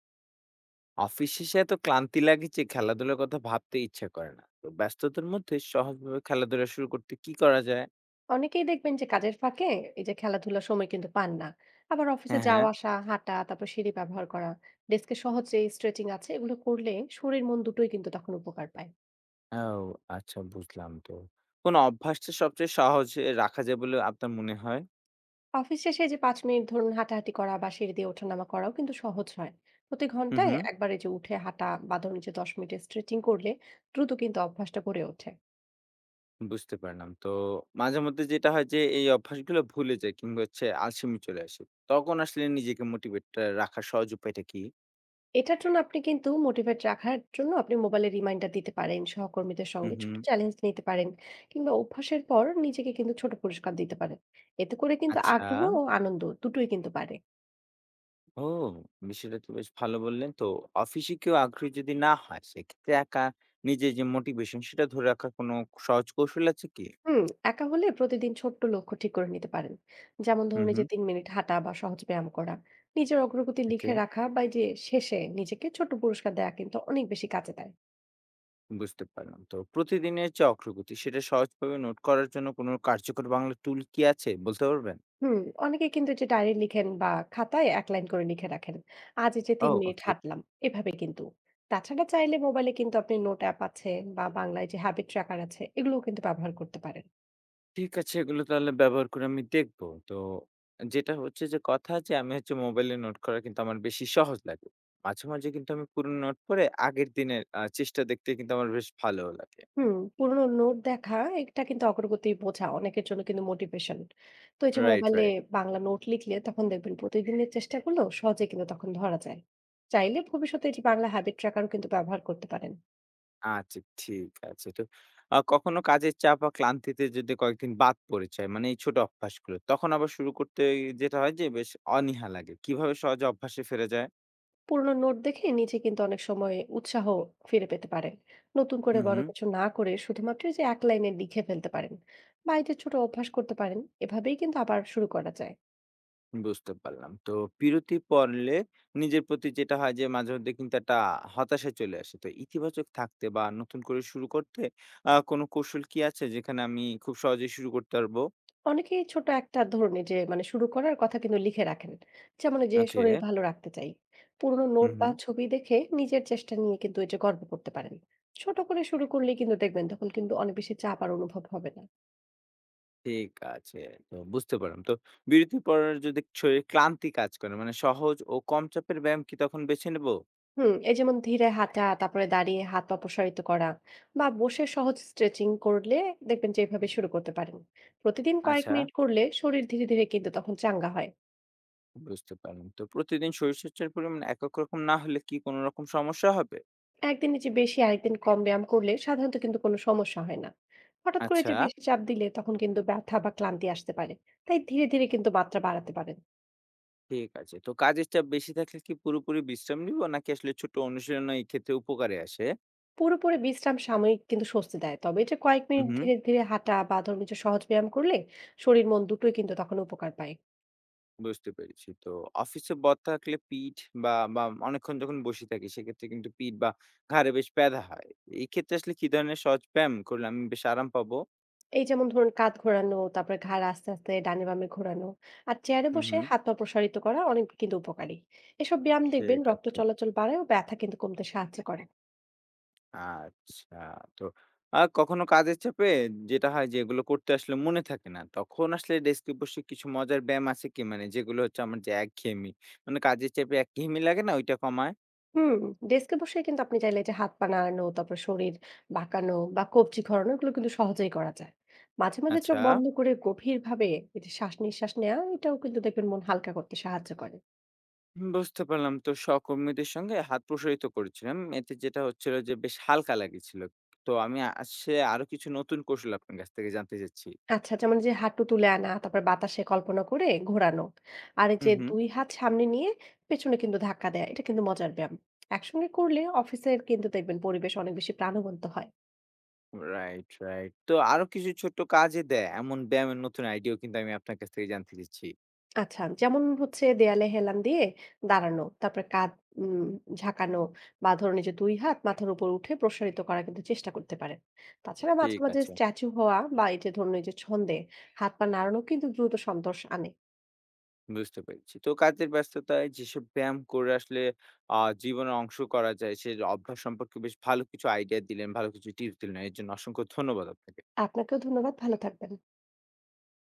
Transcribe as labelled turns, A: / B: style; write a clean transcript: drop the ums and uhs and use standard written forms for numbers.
A: Office শেষে এত ক্লান্তি লাগে যে খেলাধুলার কথা ভাবতে ইচ্ছা করে না। তো ব্যস্ততার মধ্যে সহজভাবে খেলাধুলা শুরু করতে কি করা যায়?
B: অনেকেই দেখবেন যে কাজের ফাঁকে এই যে খেলাধুলার সময় কিন্তু পান না। আবার অফিসে
A: হ্যাঁ, হ্যাঁ।
B: যাওয়া আসা হাঁটা তারপর সিঁড়ি ব্যবহার করা, ডেস্কে সহজ যে স্ট্রেচিং আছে এগুলো করলে শরীর মন দুটোই কিন্তু তখন উপকার পায়।
A: ও, আচ্ছা, বুঝলাম। তো কোন অভ্যাসটা সবচেয়ে সহজে রাখা যায় বলে আপনার মনে হয়?
B: অফিস শেষে যে ৫ মিনিট ধরুন হাঁটাহাঁটি করা বা সিঁড়ি দিয়ে ওঠানামা করাও কিন্তু সহজ হয়। প্রতি
A: হুম,
B: ঘন্টায়
A: হুম।
B: একবার এই যে উঠে হাঁটা বা ধরুন যে ১০ মিনিটের স্ট্রেচিং করলে দ্রুত কিন্তু অভ্যাসটা গড়ে ওঠে।
A: বুঝতে পারলাম। তো মাঝে মধ্যে যেটা হয় যে এই অভ্যাসগুলো ভুলে যায় কিংবা হচ্ছে আলসেমি চলে আসে। তখন আসলে নিজেকে মোটিভেট রাখার সহজ উপায়টা কি?
B: এটার জন্য আপনি কিন্তু মোটিভেট রাখার জন্য আপনি মোবাইলে রিমাইন্ডার দিতে পারেন, সহকর্মীদের
A: হুম,
B: সঙ্গে ছোট
A: হুম।
B: চ্যালেঞ্জ নিতে পারেন, কিংবা অভ্যাসের পর নিজেকে কিন্তু ছোট পুরস্কার দিতে পারেন। এতে করে কিন্তু
A: আচ্ছা,
B: আগ্রহ ও আনন্দ দুটোই কিন্তু পারে।
A: ও! বিষয়টা তো বেশ ভালো বললেন। তো অফিসে কেউ আগ্রহী যদি না হয়, সেক্ষেত্রে একা নিজের যে মোটিভেশন সেটা ধরে রাখার কোনো সহজ কৌশল আছে কি?
B: হুম। একা হলে প্রতিদিন ছোট্ট লক্ষ্য ঠিক করে নিতে পারেন। যেমন
A: হুম,
B: ধরুন এই যে
A: হুম।
B: ৩ মিনিট হাঁটা বা সহজ ব্যায়াম করা, নিজের অগ্রগতি লিখে
A: ওকে,
B: রাখা, বা এই যে শেষে নিজেকে ছোট পুরস্কার দেওয়া কিন্তু অনেক বেশি কাজে দেয়।
A: বুঝতে পারলাম। তো প্রতিদিনের যে অগ্রগতি সেটা সহজভাবে নোট করার জন্য কোনো কার্যকর বাংলা টুল কি আছে বলতে পারবেন?
B: হুম, অনেকে কিন্তু যে ডায়েরি লিখেন বা খাতায় এক লাইন করে লিখে রাখেন। আজ এই যে
A: ও,
B: ৩ মিনিট
A: ওকে।
B: হাঁটলাম, এভাবে কিন্তু। তাছাড়া চাইলে মোবাইলে কিন্তু আপনি নোট অ্যাপ আছে বা বাংলায় যে হ্যাবিট ট্র্যাকার আছে এগুলোও কিন্তু ব্যবহার করতে পারেন।
A: ঠিক আছে, এগুলো তাহলে ব্যবহার করে আমি দেখবো। তো যেটা হচ্ছে যে কথা, যে আমি হচ্ছে মোবাইলে নোট করা কিন্তু আমার বেশি সহজ লাগে। মাঝে, মাঝে কিন্তু আমি পুরনো নোট পড়ে আগের দিনের চেষ্টা দেখতে কিন্তু আমার বেশ ভালো লাগে।
B: হুম, পুরনো নোট দেখা এটা কিন্তু অগ্রগতি বোঝা অনেকের জন্য কিন্তু মোটিভেশন। তো এই যে
A: রাইট,
B: মোবাইলে
A: রাইট।
B: বাংলা নোট লিখলে তখন দেখবেন প্রতিদিনের চেষ্টাগুলো সহজে কিন্তু তখন ধরা যায়। চাইলে ভবিষ্যতে এই যে বাংলা হ্যাবিট ট্র্যাকারও কিন্তু ব্যবহার করতে পারেন।
A: আচ্ছা, ঠিক আছে। তো কখনো কাজের চাপ বা ক্লান্তিতে যদি কয়েকদিন বাদ পড়ে যায়, মানে এই ছোট অভ্যাসগুলো, তখন আবার শুরু করতে যেটা হয় যে বেশ অনীহা লাগে। কিভাবে সহজে অভ্যাসে ফিরে যায়?
B: পুরোনো নোট দেখে নিজে কিন্তু অনেক সময় উৎসাহ ফিরে পেতে পারেন। নতুন করে
A: হুম,
B: বড়
A: হুম।
B: কিছু না করে শুধুমাত্র এই যে এক লাইনে লিখে ফেলতে পারেন বা এই যে ছোট অভ্যাস করতে পারেন, এভাবেই কিন্তু আবার শুরু করা যায়।
A: বুঝতে পারলাম। তো বিরতি পড়লে নিজের প্রতি যেটা হয় যে মাঝেমধ্যে কিন্তু একটা হতাশা চলে আসে। তো ইতিবাচক থাকতে বা নতুন করে শুরু করতে কোনো কৌশল কি আছে যেখানে আমি খুব সহজেই শুরু করতে পারবো?
B: অনেকেই ছোট একটা ধরুন এই যে মানে শুরু করার কথা কিন্তু লিখে রাখেন। যেমন এই যে
A: ওকে।
B: শরীর ভালো রাখতে চাই, পুরোনো নোট
A: হুম,
B: বা
A: হুম।
B: ছবি দেখে নিজের চেষ্টা নিয়ে কিন্তু এই যে গর্ব করতে পারেন। ছোট করে শুরু করলে কিন্তু দেখবেন তখন কিন্তু অনেক বেশি চাপ আর অনুভব হবে না।
A: ঠিক আছে। তো বুঝতে পারলাম। তো বিরতি পড়ার যদি শরীরে ক্লান্তি কাজ করে, মানে সহজ ও কম চাপের ব্যায়াম কি তখন বেছে নেব?
B: হুম, এই যেমন ধীরে হাঁটা, তারপরে দাঁড়িয়ে হাত পা প্রসারিত করা বা বসে সহজ স্ট্রেচিং করলে দেখবেন যে এভাবে শুরু করতে পারেন। প্রতিদিন কয়েক
A: আচ্ছা,
B: মিনিট করলে শরীর ধীরে ধীরে কিন্তু তখন চাঙ্গা হয়।
A: বুঝতে পারলাম। তো প্রতিদিন শরীরচর্চার পরিমাণ একক রকম না হলে কি কোনো রকম সমস্যা হবে?
B: একদিন যে বেশি আরেকদিন কম ব্যায়াম করলে সাধারণত কিন্তু কোনো সমস্যা হয় না। হঠাৎ করে
A: আচ্ছা,
B: যে বেশি চাপ দিলে তখন কিন্তু ব্যথা বা ক্লান্তি আসতে পারে। তাই ধীরে ধীরে কিন্তু মাত্রা বাড়াতে পারেন।
A: ঠিক আছে। তো কাজের চাপ বেশি থাকলে কি পুরোপুরি বিশ্রাম নিব নাকি আসলে ছোট অনুশীলনও এই ক্ষেত্রে উপকারে আসে?
B: পুরোপুরি বিশ্রাম সাময়িক কিন্তু স্বস্তি দেয়, তবে এটা কয়েক
A: হু,
B: মিনিট
A: হু।
B: ধীরে ধীরে হাঁটা বা ধরুন যে সহজ ব্যায়াম করলে শরীর মন দুটোই কিন্তু তখন উপকার পায়।
A: বুঝতে পেরেছি। তো অফিসে বদ থাকলে পিঠ বা, বা অনেকক্ষণ যখন বসে থাকি সেক্ষেত্রে কিন্তু পিঠ বা ঘাড়ে বেশ ব্যথা হয়। এই ক্ষেত্রে আসলে কি ধরনের সহজ ব্যায়াম করলে আমি বেশ আরাম পাবো?
B: এই যেমন ধরুন কাঁধ ঘোরানো, তারপরে ঘাড় আস্তে, আস্তে ডানে বামে ঘোরানো। আর চেয়ারে
A: হুম,
B: বসে
A: হুম।
B: হাত পা প্রসারিত করা অনেক কিন্তু উপকারী। এসব ব্যায়াম দেখবেন
A: ঠিক
B: রক্ত
A: আছে।
B: চলাচল বাড়ায় ও ব্যথা কিন্তু কমতে সাহায্য করে।
A: আচ্ছা। তো কখনো কাজের চাপে যেটা হয় যে এগুলো করতে আসলে মনে থাকে না। তখন আসলে ডেস্কে বসে কিছু মজার ব্যায়াম আছে কি? মানে যেগুলো হচ্ছে আমার যে একঘেয়েমি। মানে কাজের চাপে একঘেয়েমি লাগে না ওইটা কমায়?
B: হুম, ডেস্কে বসে কিন্তু আপনি চাইলে যে হাত পা নাড়ানো, তারপর শরীর বাঁকানো বা কবজি ঘোরানো এগুলো কিন্তু সহজেই করা যায়। মাঝে, মাঝে চোখ
A: আচ্ছা।
B: বন্ধ করে গভীরভাবে এই যে শ্বাস-নিঃশ্বাস নেওয়া এটাও কিন্তু দেখবেন মন হালকা করতে সাহায্য করে।
A: হুম, বুঝতে পারলাম। তো সহকর্মীদের সঙ্গে হাত প্রসারিত করেছিলাম। এতে যেটা হচ্ছিল যে বেশ হালকা লাগেছিল। তো আমি আসলে আরো কিছু নতুন কৌশল আপনার কাছ থেকে জানতে চাচ্ছি।
B: আচ্ছা, যেমন যে হাঁটু তুলে আনা, তারপর বাতাসে কল্পনা করে ঘোরানো। আর এই যে
A: হুম, হুম।
B: ২ হাত সামনে নিয়ে পেছনে কিন্তু ধাক্কা দেয়া, এটা কিন্তু মজার ব্যায়াম। একসঙ্গে করলে অফিসের কিন্তু দেখবেন পরিবেশ অনেক বেশি প্রাণবন্ত হয়।
A: Right, right. তো আরো কিছু ছোট্ট কাজে দেয় এমন ব্যায়ামের নতুন আইডিয়াও কিন্তু আমি আপনার কাছ থেকে জানতে চাচ্ছি।
B: আচ্ছা, যেমন হচ্ছে দেয়ালে হেলান দিয়ে দাঁড়ানো, তারপরে কাঁধ উম ঝাঁকানো বা ধরুন এই যে ২ হাত মাথার উপর উঠে প্রসারিত করার কিন্তু চেষ্টা করতে পারেন। তাছাড়া মাঝে,
A: ঠিক
B: মাঝে
A: আছে,
B: স্ট্যাচু হওয়া বা এই যে ধরুন এই যে ছন্দে হাত পা নাড়ানো কিন্তু দ্রুত সন্তোষ আনে।
A: বুঝতে পেরেছি। তো কাজের ব্যস্ততায় যেসব ব্যায়াম করে আসলে আ জীবনে অংশ করা যায়, সে অভ্যাস সম্পর্কে বেশ ভালো কিছু আইডিয়া দিলেন, ভালো কিছু টিপস দিলেন। এর জন্য অসংখ্য ধন্যবাদ আপনাকে।
B: আপনাকেও ধন্যবাদ, ভালো থাকবেন।